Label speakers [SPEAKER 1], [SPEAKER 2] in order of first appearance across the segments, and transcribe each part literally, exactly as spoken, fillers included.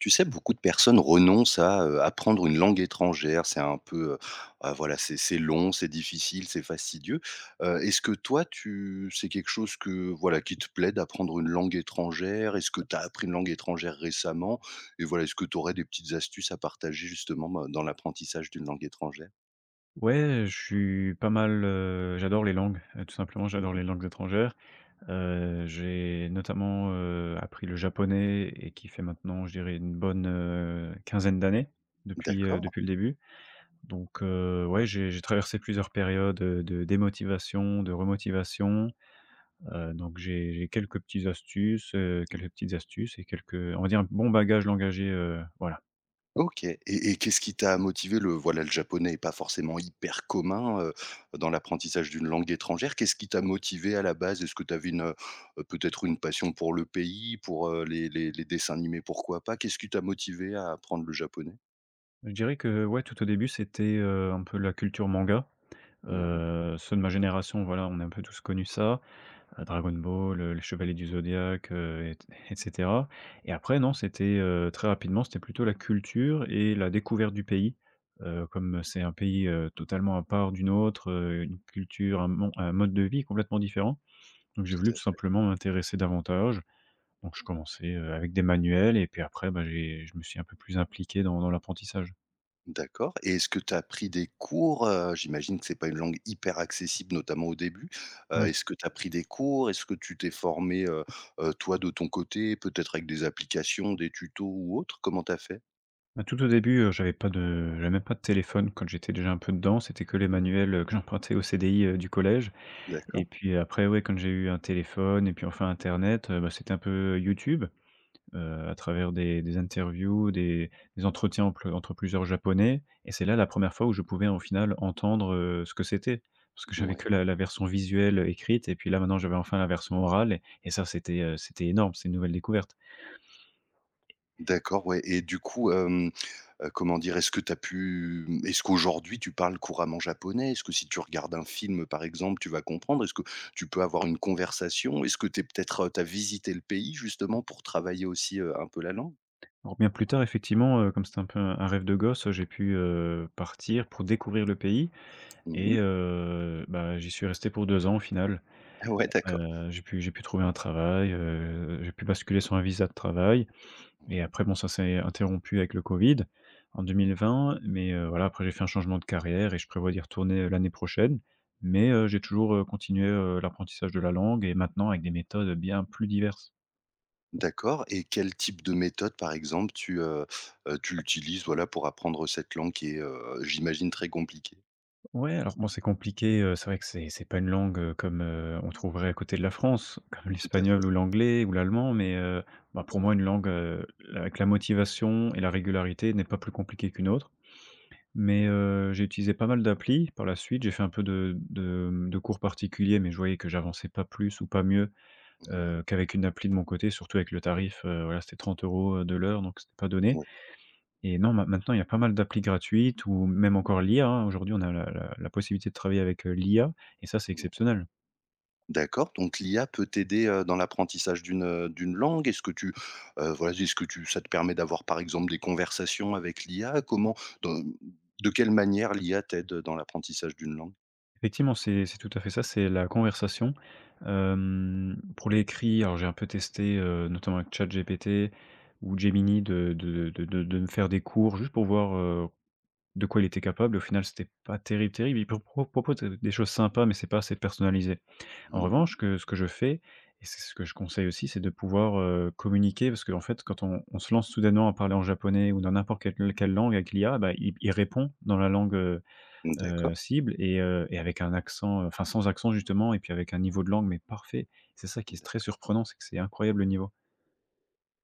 [SPEAKER 1] Tu sais, beaucoup de personnes renoncent à, heu, apprendre une langue étrangère. C'est un peu, heu, ah voilà, c'est c'est long, c'est difficile, c'est fastidieux. Heu, est-ce que toi, tu c'est quelque chose que, voilà, qui te plaît d'apprendre une langue étrangère? Est-ce que tu as appris une langue étrangère récemment? Et voilà, est-ce que tu aurais des petites astuces à partager justement, bah, dans l'apprentissage d'une langue étrangère?
[SPEAKER 2] Ouais, je suis pas mal, heu, j'adore les langues, heu, tout simplement,
[SPEAKER 1] Ouais.
[SPEAKER 2] j'adore les langues étrangères. Heu, j'ai notamment, heu, appris le japonais et qui fait maintenant, je dirais, une bonne, heu, quinzaine d'années depuis, heu,
[SPEAKER 1] D'accord.
[SPEAKER 2] depuis le début. Donc, heu, ouais, j'ai j'ai traversé plusieurs périodes, heu, de démotivation, de remotivation. Heu, donc j'ai j'ai quelques petites astuces, heu, quelques petites astuces et quelques on va dire un bon bagage langagier, heu, voilà.
[SPEAKER 1] OK et et qu'est-ce qui t'a motivé? Le voilà, le japonais est pas forcément hyper commun, heu, dans l'apprentissage d'une langue étrangère. Qu'est-ce qui t'a motivé à la base? Est-ce que tu avais une, heu, peut-être une passion pour le pays, pour, heu, les les les dessins animés, pourquoi pas? Qu'est-ce qui t'a motivé à apprendre le japonais?
[SPEAKER 2] Je dirais que, ouais, tout au début, c'était, heu, un peu la culture manga.
[SPEAKER 1] Ouais,
[SPEAKER 2] Heu, ceux de ma génération, voilà, on a un peu tous connu ça, heu, Dragon Ball, heu, les Chevaliers du Zodiaque, heu, et t et après non, c'était, heu, très rapidement, c'était plutôt la culture et la découverte du pays. Heu, comme c'est un pays, heu, totalement à part d'une autre, heu, une culture, un mon un mode de vie complètement différent. Donc j'ai
[SPEAKER 1] tout
[SPEAKER 2] voulu
[SPEAKER 1] à
[SPEAKER 2] tout
[SPEAKER 1] fait.
[SPEAKER 2] simplement m'intéresser davantage. Donc je commençais, heu, avec des manuels et puis après, bah, j'ai je me suis un peu plus impliqué dans dans l'apprentissage.
[SPEAKER 1] D'accord et est-ce que tu as pris des cours? Heu, j'imagine que c'est pas une langue hyper accessible, notamment au début. Heu,
[SPEAKER 2] Oui.
[SPEAKER 1] est-ce que tu as pris des cours? Est-ce que tu t'es formé, heu heu, toi, de ton côté, peut-être avec des applications, des tutos ou autre? Comment tu as fait?
[SPEAKER 2] Bah, tout au début, heu, j'avais pas de j'avais même pas de téléphone quand j'étais déjà un peu dedans, c'était que les
[SPEAKER 1] Mmh.
[SPEAKER 2] manuels, heu, que j'empruntais au C D I, heu, du collège et
[SPEAKER 1] D'accord,
[SPEAKER 2] puis après, ouais, quand j'ai eu un téléphone et puis enfin internet, heu, bah, c'était un peu YouTube, heu, à travers des des interviews, des des entretiens entre entre plusieurs japonais et c'est là la première fois où je pouvais, au final, entendre, heu, ce que c'était. Parce que j'avais
[SPEAKER 1] ouais.
[SPEAKER 2] que la la version visuelle, écrite et puis là, maintenant, j'avais enfin la version orale et et ça, c'était, heu, c'était énorme, c'est une nouvelle découverte.
[SPEAKER 1] D'accord, ouais et du coup, hem, heu, comment dire? Est-ce que tu as pu, mmh, est-ce qu'aujourd'hui tu parles couramment japonais? Est-ce que si tu regardes un film, par exemple, tu vas comprendre? Est-ce que tu peux avoir une conversation? Est-ce que tu peut-être, heu, tu as visité le pays justement pour travailler aussi, heu, un peu la langue?
[SPEAKER 2] Alors bien plus tard, effectivement, heu, comme c'était un peu un un rêve de gosse, heu, j'ai pu, heu, partir pour découvrir le pays et
[SPEAKER 1] Mmh.
[SPEAKER 2] heu, bah, j'y suis resté pour deux ans au final.
[SPEAKER 1] Ah ouais, d'accord.
[SPEAKER 2] Heu, j'ai pu j'ai pu trouver un travail, heu, j'ai pu basculer sur un visa de travail. Et
[SPEAKER 1] Ouais.
[SPEAKER 2] après, bon, ça s'est interrompu avec le Covid en deux mille vingt, mais heu, voilà, après j'ai fait un changement de carrière et je prévois d'y retourner, heu, l'année prochaine. Mais heu, j'ai toujours, heu, continué, heu, l'apprentissage de la langue et maintenant avec des méthodes, bien plus diverses.
[SPEAKER 1] D'accord et quel type de méthode, par exemple, tu, heu heu, tu utilises, voilà, pour apprendre cette langue qui est, heu, j'imagine très compliquée?
[SPEAKER 2] Ouais, alors bon, c'est compliqué, heu, c'est vrai que c'est c'est pas une langue, heu, comme, heu, on trouverait à côté de la France, comme
[SPEAKER 1] Tout à
[SPEAKER 2] l'espagnol
[SPEAKER 1] fait.
[SPEAKER 2] ou l'anglais ou l'allemand, mais heu, bah, pour moi une langue, heu, avec la motivation et la régularité n'est pas plus compliquée qu'une autre. Mais heu, j'ai utilisé pas mal d'applis par la suite. J'ai fait un peu de de, mmh, de cours particuliers, mais je voyais que j'avançais pas plus ou pas mieux,
[SPEAKER 1] Ouais,
[SPEAKER 2] heu, qu'avec une appli de mon côté, surtout avec le tarif, heu, voilà, c'était trente euros de l'heure, donc c'était pas donné.
[SPEAKER 1] ouais.
[SPEAKER 2] Et non, ma maintenant, il y a pas mal d'applis gratuites ou même encore l'I A, hein. Aujourd'hui, on a la la la possibilité de travailler avec, heu, l'I A, et ça, c'est
[SPEAKER 1] Ouais.
[SPEAKER 2] exceptionnel.
[SPEAKER 1] D'accord, donc l'i a peut t'aider, heu, dans l'apprentissage d'une, heu, d'une langue? Est-ce que tu, heu, voilà, est-ce que tu ça te permet d'avoir, par exemple, des conversations avec l'i a? Comment dans de quelle manière l'i a t'aide dans l'apprentissage d'une langue?
[SPEAKER 2] Effectivement, c'est c'est tout à fait ça, c'est la conversation. Hem, pour l'écrit, alors j'ai un peu testé, heu, notamment avec ChatGPT ou Gemini de de de de de me faire des cours juste pour voir, heu, de quoi il était capable. Au final, c'était pas terrible, terrible. Il pro pro propose des choses sympas, mais c'est pas assez personnalisé. En
[SPEAKER 1] Mmh.
[SPEAKER 2] revanche, que ce que je fais et c'est ce que je conseille aussi, c'est de pouvoir, heu, communiquer parce qu'en fait, quand on on se lance soudainement à parler en japonais ou dans n'importe quelle quelle langue avec l'I A, bah, il il répond dans la langue,
[SPEAKER 1] D'accord,
[SPEAKER 2] heu, cible et heu et avec un accent, heu, enfin sans accent justement et puis avec un niveau de langue mais parfait. C'est ça qui est très
[SPEAKER 1] d'ac
[SPEAKER 2] surprenant, c'est que c'est incroyable le niveau.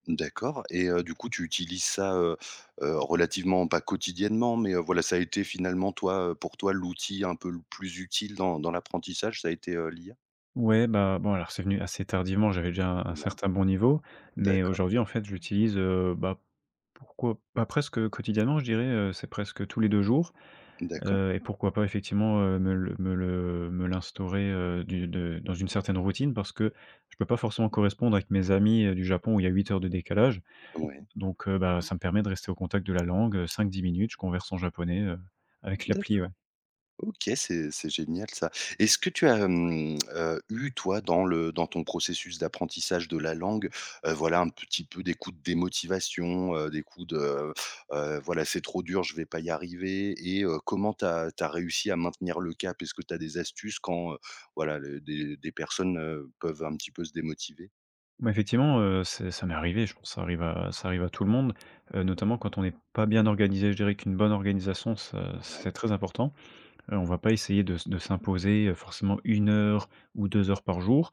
[SPEAKER 1] d'accord et heu, du coup, tu utilises ça, heu heu, relativement pas quotidiennement, mais heu, voilà, ça a été finalement toi, heu, pour toi, l'outil un peu le plus utile dans dans l'apprentissage, ça a été, heu, l'i a?
[SPEAKER 2] Ouais, bah, bon alors c'est venu assez tardivement, j'avais déjà un un
[SPEAKER 1] Ouais.
[SPEAKER 2] certain bon niveau, mais
[SPEAKER 1] D'accord,
[SPEAKER 2] aujourd'hui en fait je l'utilise, heu, bah, pourquoi bah, presque quotidiennement je dirais, heu, c'est presque tous les deux jours,
[SPEAKER 1] d'accord,
[SPEAKER 2] heu et pourquoi pas effectivement, heu, me le me le me l'instaurer, heu, du de dans une certaine routine parce que je peux pas forcément correspondre avec mes amis, heu, du Japon où il y a huit heures de décalage.
[SPEAKER 1] ouais,
[SPEAKER 2] Donc heu, bah, ça me permet de rester au contact de la langue, heu, cinq dix minutes, je converse en japonais, heu, avec l'appli, ouais.
[SPEAKER 1] d'accord. OK, c'est c'est génial ça. Est-ce que tu as, hem, heu, eu toi dans le dans ton processus d'apprentissage de la langue, heu, voilà un petit peu des coups de démotivation, heu, des coups de, heu, voilà c'est trop dur, je vais pas y arriver et heu, comment tu as réussi à maintenir le cap? Est-ce que tu as des astuces quand, heu, voilà le des des personnes, heu, peuvent un petit peu se démotiver?
[SPEAKER 2] Mais effectivement, heu, c'est ça m'est arrivé, je pense que ça arrive à ça arrive à tout le monde, heu, notamment quand on n'est pas bien organisé. Je dirais qu'une bonne organisation, ça,
[SPEAKER 1] Ouais.
[SPEAKER 2] c'est très important. Heu, on va pas essayer de s de s'imposer, heu, forcément une heure ou deux heures par jour,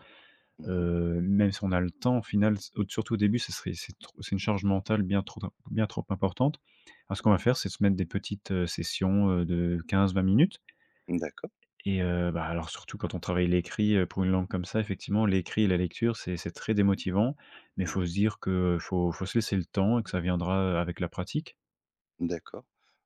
[SPEAKER 1] Mmh.
[SPEAKER 2] heu, même si on a le temps au final, s au- surtout au début, ce serait c'est trop c'est une charge mentale bien trop bien trop importante. Alors ce qu'on va faire, c'est se mettre des petites, heu, sessions, heu, de quinze vingt minutes.
[SPEAKER 1] D'accord.
[SPEAKER 2] Et heu, bah, alors surtout quand on travaille l'écrit, heu, pour une langue comme ça, effectivement, l'écrit et la lecture, c'est c'est très démotivant, mais faut se
[SPEAKER 1] Ouais.
[SPEAKER 2] dire que faut faut se laisser le temps et que ça viendra, avec la pratique.
[SPEAKER 1] D'accord.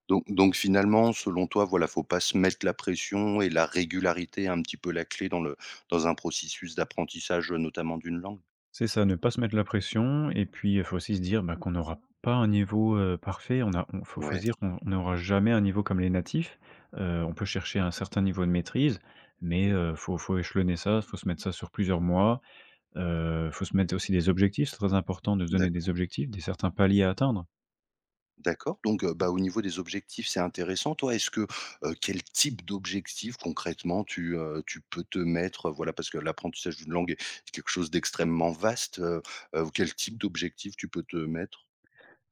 [SPEAKER 1] Donc donc finalement, selon toi, voilà, faut pas se mettre la pression et la régularité est un petit peu la clé dans le dans un processus d'apprentissage, euh, notamment d'une langue?
[SPEAKER 2] C'est ça, ne pas se mettre la pression et puis, heu, faut aussi se dire, bah, qu'on n'aura pas un niveau, heu, parfait. On a on faut faut
[SPEAKER 1] Ouais,
[SPEAKER 2] se dire qu'on on n'aura jamais un niveau comme les natifs. Heu, on peut chercher un certain niveau de maîtrise, mais heu, faut faut échelonner ça, faut se mettre ça sur plusieurs mois. Heu, faut se mettre aussi des objectifs, c'est très important de se donner des
[SPEAKER 1] d'acc
[SPEAKER 2] objectifs, des certains paliers à atteindre.
[SPEAKER 1] d'accord, donc heu, bah, au niveau des objectifs, c'est intéressant. Toi, est-ce que, heu, quel type d'objectif concrètement tu, heu, tu peux te mettre, heu, voilà, parce que l'apprentissage d'une langue est quelque chose d'extrêmement vaste, heu heu, quel type d'objectif tu peux te mettre?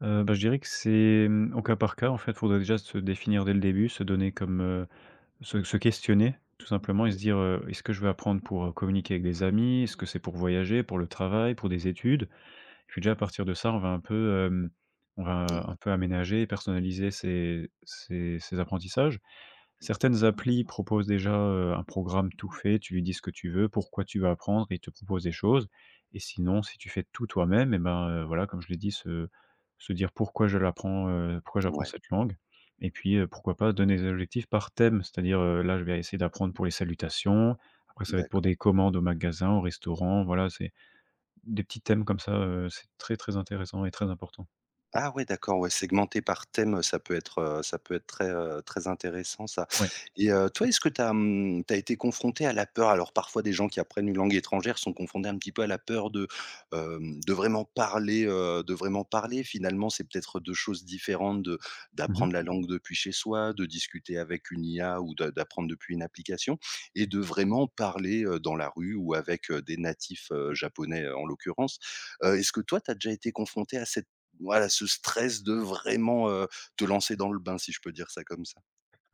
[SPEAKER 2] Heu, bah, je dirais que c'est, mmh, au cas par cas, en fait. Il Faudrait déjà se définir dès le début, se donner comme, heu, se se questionner, tout simplement et se
[SPEAKER 1] Mmh,
[SPEAKER 2] dire, heu: «Est-ce que je veux apprendre pour, heu, communiquer avec des amis? Est-ce que c'est pour voyager, pour le travail, pour des études?» Et puis déjà à partir de ça, on va un peu, hem, on va
[SPEAKER 1] mmh,
[SPEAKER 2] un peu aménager et personnaliser ses ses ses apprentissages.
[SPEAKER 1] ouais, d'accord.
[SPEAKER 2] Certaines applis proposent déjà, heu, un programme tout fait, tu lui dis ce que tu veux, pourquoi tu veux apprendre, et il te propose des choses. Et sinon, si tu fais tout toi-même et ben, heu, voilà, comme je l'ai dit, se se dire: «Pourquoi je l'apprends, heu, pourquoi j'apprends
[SPEAKER 1] Ouais,
[SPEAKER 2] cette langue?» Et puis, heu, pourquoi pas donner des objectifs par thème, c'est-à-dire, heu, là, je vais essayer d'apprendre pour les salutations, après ça va être pour
[SPEAKER 1] d'accord.
[SPEAKER 2] des commandes au magasin, au restaurant, voilà, c'est des petits thèmes comme ça, heu, c'est très, très intéressant et très important.
[SPEAKER 1] Ah ouais, d'accord, ouais, segmenter par thème, ça peut être, heu, ça peut être très, heu, très intéressant ça
[SPEAKER 2] Ouais.
[SPEAKER 1] et heu, toi, est-ce que tu as, mmh, été confronté à la peur? Alors parfois des gens qui apprennent une langue étrangère sont confrontés un petit peu à la peur de, hem, de vraiment parler, heu, de vraiment parler. Finalement, c'est peut-être deux choses différentes de
[SPEAKER 2] Mmh.
[SPEAKER 1] d'apprendre la Mmh. langue depuis chez soi, de discuter avec une i a ou d'a d'apprendre depuis une application et de vraiment parler, heu, dans la rue ou avec, heu, des natifs, heu, japonais, heu, en l'occurrence. Heu, est-ce que toi, tu as déjà été confronté à cette voilà, ce stress de vraiment, heu, te lancer dans le bain, si je peux dire ça comme ça.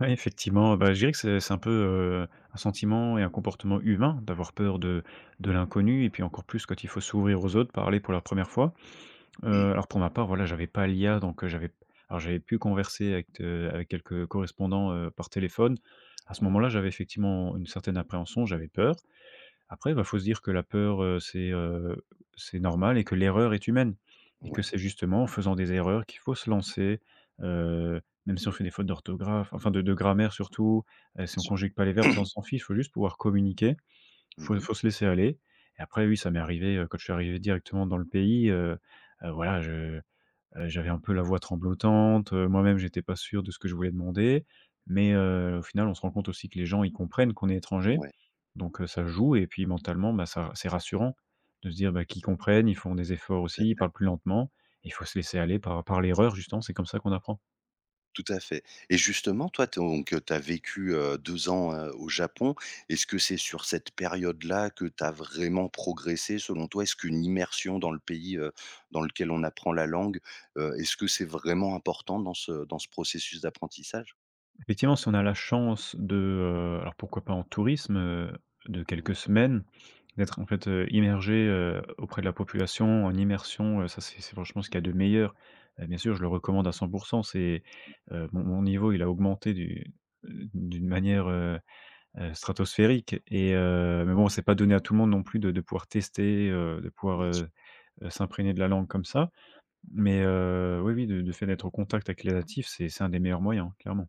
[SPEAKER 2] Ouais, effectivement, bah, je dirais que c'est c'est un peu, heu, un sentiment et un comportement humain d'avoir peur de de l'inconnu et puis encore plus quand il faut s'ouvrir aux autres, parler pour la première fois. Heu, alors pour ma part, voilà, j'avais pas l'I A donc heu, j'avais alors j'avais pu converser avec de avec quelques correspondants, heu, par téléphone. À ce
[SPEAKER 1] Ouais,
[SPEAKER 2] moment-là, j'avais effectivement une certaine appréhension, j'avais peur. Après, bah, faut se dire que la peur, heu, c'est, heu, c'est normal et que l'erreur est humaine et que
[SPEAKER 1] ouais,
[SPEAKER 2] c'est justement en faisant des erreurs qu'il faut se lancer, heu, même si on fait des fautes d'orthographe, enfin de de grammaire surtout, heu,
[SPEAKER 1] bien
[SPEAKER 2] si on
[SPEAKER 1] sûr.
[SPEAKER 2] conjugue pas les verbes, ça on s'en fiche, faut juste pouvoir communiquer, faut
[SPEAKER 1] Mmh.
[SPEAKER 2] faut se laisser aller. Et après oui, ça m'est arrivé, heu, quand je suis arrivé directement dans le pays, heu heu, voilà, je Heu, j'avais un peu la voix tremblotante, heu, moi-même j'étais pas sûr de ce que je voulais demander, mais heu, au final, on se rend compte aussi que les gens, ils comprennent qu'on est étranger,
[SPEAKER 1] Ouais,
[SPEAKER 2] donc heu, ça joue et puis mentalement, bah, ça, c'est rassurant de se dire, bah, qu'ils comprennent, ils font des efforts
[SPEAKER 1] tout à
[SPEAKER 2] aussi, ils
[SPEAKER 1] fait,
[SPEAKER 2] parlent plus lentement, il faut se laisser aller par par l'erreur justement, c'est comme ça qu'on apprend.
[SPEAKER 1] tout à fait et justement, toi, t'es- donc tu as vécu, heu, deux ans, heu, au Japon. Est-ce que c'est sur cette période-là que tu as vraiment progressé, selon toi? Est-ce qu'une immersion dans le pays, heu, dans lequel on apprend la langue, heu, est-ce que c'est vraiment important dans ce dans ce processus d'apprentissage?
[SPEAKER 2] Effectivement, si on a la chance de, heu, alors pourquoi pas en tourisme, heu, de
[SPEAKER 1] Ouais,
[SPEAKER 2] quelques semaines, d'être en fait, heu, immergé, heu, auprès de la population, en immersion, heu, ça c'est c'est franchement ce qu'il y a de meilleur. Heu, bien sûr, je le recommande à cent. C'est, heu, mon mon niveau il a augmenté du euh, d'une manière, heu heu, stratosphérique. Et heu, mais bon, c'est pas donné à tout le monde non plus de de pouvoir tester, heu, de pouvoir,
[SPEAKER 1] bien sûr.
[SPEAKER 2] heu heu, s'imprégner de la langue comme ça. Mais heu, oui, oui, de le fait d'être au contact avec les natifs, c'est c'est un des meilleurs moyens, clairement.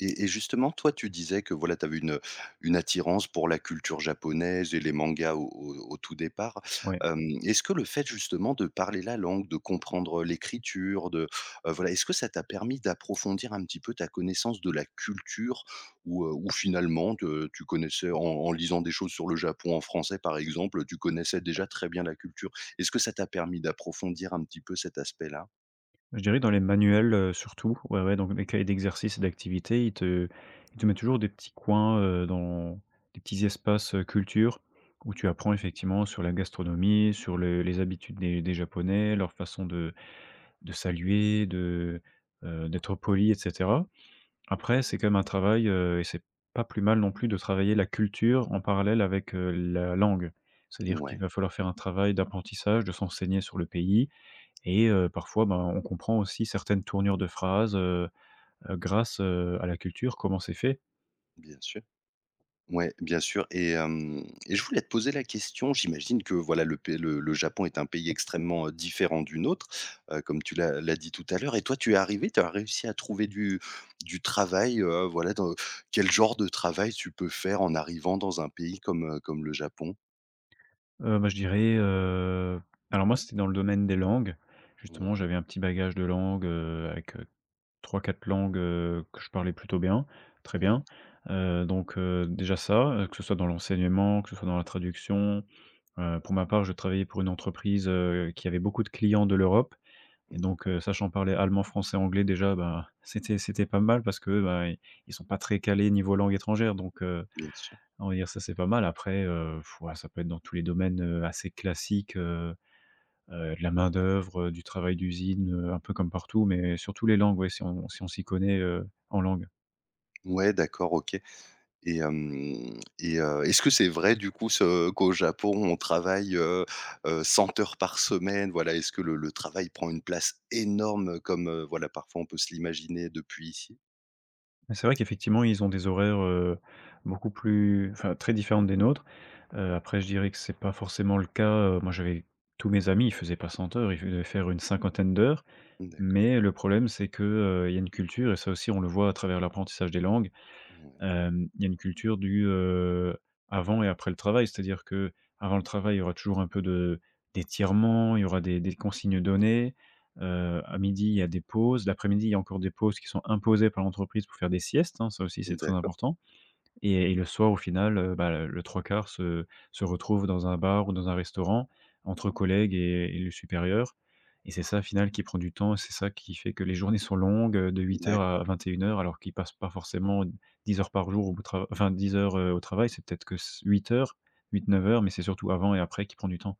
[SPEAKER 1] Et et justement, toi, tu disais que voilà, tu avais une, une attirance pour la culture japonaise et les mangas au au au tout départ.
[SPEAKER 2] Ouais.
[SPEAKER 1] Hem, est-ce que le fait justement de parler la langue, de comprendre, l'écriture, de, heu, voilà, est-ce que ça t'a permis d'approfondir un petit peu ta connaissance de la culture ou, heu, ou finalement te tu connaissais en en lisant des choses sur le Japon en français par exemple, tu connaissais déjà très bien la culture? Est-ce que ça t'a permis d'approfondir un petit peu cet aspect-là?
[SPEAKER 2] Je dirais dans les manuels, heu, surtout, ouais, ouais, donc les cahiers d'exercices et d'activités, ils te ils te mettent toujours des petits coins, heu, dans des petits espaces, heu, culture où tu apprends effectivement sur la gastronomie, sur le les habitudes des des japonais, leur façon de de saluer, de, heu, d'être poli et cetera. Après c'est quand même un travail, heu et c'est pas plus mal non plus de travailler la culture en parallèle avec, heu, la langue. C'est-à-dire qu'il
[SPEAKER 1] Ouais,
[SPEAKER 2] va falloir faire un travail d'apprentissage, de s'enseigner sur le pays et heu, parfois, ben, on comprend aussi certaines tournures de phrases, heu heu, grâce, heu, à la culture, comment c'est fait.
[SPEAKER 1] bien sûr. Ouais, bien sûr et hem et je voulais te poser la question, j'imagine que voilà le p le le Japon est un pays extrêmement, heu, différent du nôtre, heu, comme tu l'as l'as dit tout à l'heure et toi tu es arrivé, tu as réussi à trouver du du travail, heu, voilà dans quel genre de travail tu peux faire en arrivant dans un pays comme, heu, comme le Japon?
[SPEAKER 2] Heu, bah, je dirais, heu, alors moi, c'était dans le domaine des langues. Justement,
[SPEAKER 1] Ouais,
[SPEAKER 2] j'avais un petit bagage de langues, heu, avec, heu, trois quatre langues, heu, que je parlais plutôt bien, très
[SPEAKER 1] ouais,
[SPEAKER 2] bien. Heu, donc, heu, déjà ça, heu, que ce soit dans l'enseignement, que ce soit dans la traduction. Heu, pour ma part, je travaillais pour une entreprise, heu, qui avait beaucoup de clients de l'Europe et donc
[SPEAKER 1] d'accord,
[SPEAKER 2] heu, sachant parler allemand, français, anglais déjà, ben, c'était c'était pas mal parce que ben, i ils sont pas très calés niveau langue étrangère donc heu,
[SPEAKER 1] bien sûr.
[SPEAKER 2] on va dire ça, c'est pas mal. Après, heu, ouais, ça peut être dans tous les domaines, heu, assez classiques, heu heu, de la main-d'œuvre, heu, du travail d'usine, heu, un peu comme partout, mais surtout les langues, ouais, si on si on s'y connaît, heu, en langue.
[SPEAKER 1] Ouais, d'accord, OK. Et hem et heu, est-ce que c'est vrai du coup ce qu'au Japon on travaille, heu heu, cent heures par semaine? Voilà, est-ce que le le travail prend une place énorme comme, heu, voilà, parfois on peut se l'imaginer depuis ici?
[SPEAKER 2] Mais c'est vrai qu'effectivement, ils ont des horaires, heu, beaucoup plus enfin, très différentes des nôtres. Heu, après je dirais que c'est pas forcément le cas, heu, moi j'avais tous mes amis, ils faisaient pas cent heures, ils devaient faire une cinquantaine d'heures,
[SPEAKER 1] D'accord.
[SPEAKER 2] mais le problème c'est que, heu, il y a une culture et ça aussi on le voit à travers l'apprentissage des langues,
[SPEAKER 1] Ouais.
[SPEAKER 2] hem, il y a une culture du, heu, avant et après le travail. C'est-à-dire que avant le travail, il y aura toujours un peu de d'étirements, il y aura des des consignes données, heu, à midi, il y a des pauses, l'après-midi, il y a encore des pauses qui sont imposées par l'entreprise pour faire des siestes, hein, ça aussi c'est très
[SPEAKER 1] D'accord,
[SPEAKER 2] important. Et et le soir, au final, heu, bah, le trois quarts se se retrouve dans un bar ou dans un restaurant entre collègues et et le supérieur et c'est ça, au final, qui prend du temps, c'est ça qui fait que les journées sont longues, heu, de huit heures à
[SPEAKER 1] d'accord.
[SPEAKER 2] vingt et une heures, alors qu'ils passent pas forcément dix heures par jour au travail. Enfin dix heures, heu, au travail, c'est peut-être que huit heures, huit neuf heures, mais c'est surtout avant et après qui prend du temps.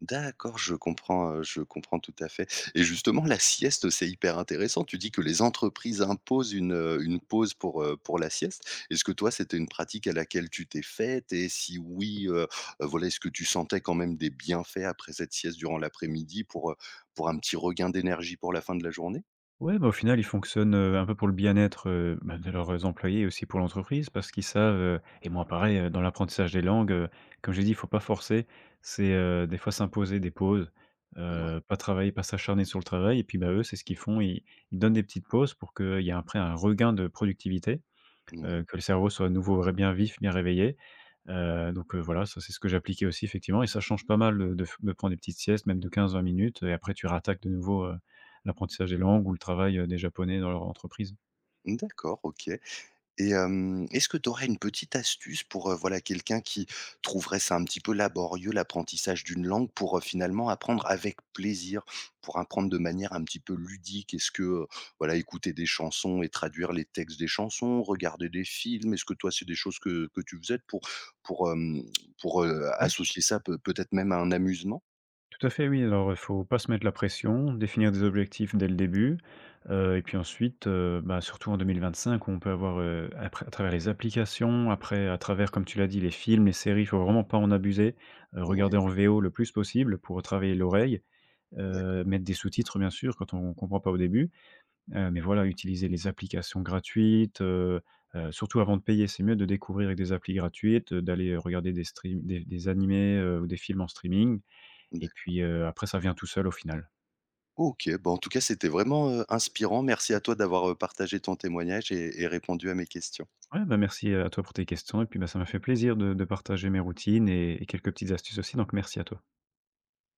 [SPEAKER 1] D'accord, je comprends, heu, je comprends tout à fait et justement la sieste, c'est hyper intéressant. Tu dis que les entreprises imposent une, heu, une pause pour, heu, pour la sieste. Est-ce que toi, c'était une pratique à laquelle tu t'es faite et si oui, heu, voilà, est-ce que tu sentais quand même des bienfaits après cette sieste durant l'après-midi pour, heu, pour un petit regain d'énergie pour la fin de la journée?
[SPEAKER 2] Ouais, bah, au final, ils fonctionnent, heu, un peu pour le bien-être, heu, bah, de leurs employés et aussi pour l'entreprise parce qu'ils savent, heu et moi pareil, heu, dans l'apprentissage des langues, heu, comme j'ai dit, il faut pas forcer. C'est, heu, des fois s'imposer des pauses,
[SPEAKER 1] Ouais,
[SPEAKER 2] heu, pas travailler, pas s'acharner sur le travail et puis, bah, eux, c'est ce qu'ils font. Ils ils donnent des petites pauses pour qu'il y ait après un regain de productivité, heu,
[SPEAKER 1] ouais,
[SPEAKER 2] que le cerveau soit à nouveau ré bien vif, bien réveillé. Heu, donc heu, voilà, ça, c'est ce que j'appliquais aussi effectivement et ça change pas mal, heu, de f de prendre des petites siestes, même de quinze vingt minutes et après tu rattaques de nouveau, heu, l'apprentissage des langues ou le travail, heu, des japonais dans leur entreprise.
[SPEAKER 1] d'accord, OK. Et hem, est-ce que tu aurais une petite astuce pour, heu, voilà, quelqu'un qui trouverait ça un petit peu laborieux, l'apprentissage d'une langue pour, heu, finalement apprendre avec plaisir, pour apprendre de manière un petit peu ludique? Est-ce que, heu, voilà, écouter des chansons et traduire les textes des chansons, regarder des films? Est-ce que toi, c'est des choses que que tu faisais pour pour, hem, pour, heu,
[SPEAKER 2] Oui,
[SPEAKER 1] associer ça peut peut-être même à un amusement?
[SPEAKER 2] tout à fait, oui, alors, il faut pas se mettre la pression, définir des
[SPEAKER 1] Ouais.
[SPEAKER 2] objectifs dès le début, heu et puis ensuite, heu, bah, surtout en deux mille vingt-cinq, on peut avoir, heu, après à travers les applications, après à travers, comme tu l'as dit, les films, les séries. Il faut vraiment pas en abuser, heu, regarder
[SPEAKER 1] Ouais,
[SPEAKER 2] en V O le plus possible pour travailler l'oreille, heu,
[SPEAKER 1] d'accord,
[SPEAKER 2] mettre des sous-titres bien sûr quand on comprend pas au début. Heu, mais voilà, utiliser les applications gratuites, heu heu, surtout avant de payer, c'est mieux de découvrir avec des applis gratuites, heu, d'aller regarder des stream des des animés, heu, ou des films en streaming et
[SPEAKER 1] d'accord.
[SPEAKER 2] puis, heu, après ça vient tout seul au final.
[SPEAKER 1] OK, bon, en tout cas, c'était vraiment, heu, inspirant. Merci à toi d'avoir, heu, partagé ton témoignage et et répondu à mes questions.
[SPEAKER 2] Ouais, bah, merci, euh, à toi pour tes questions et puis, bah, ça m'a fait plaisir de de partager mes routines et et quelques petites astuces aussi, donc merci à toi.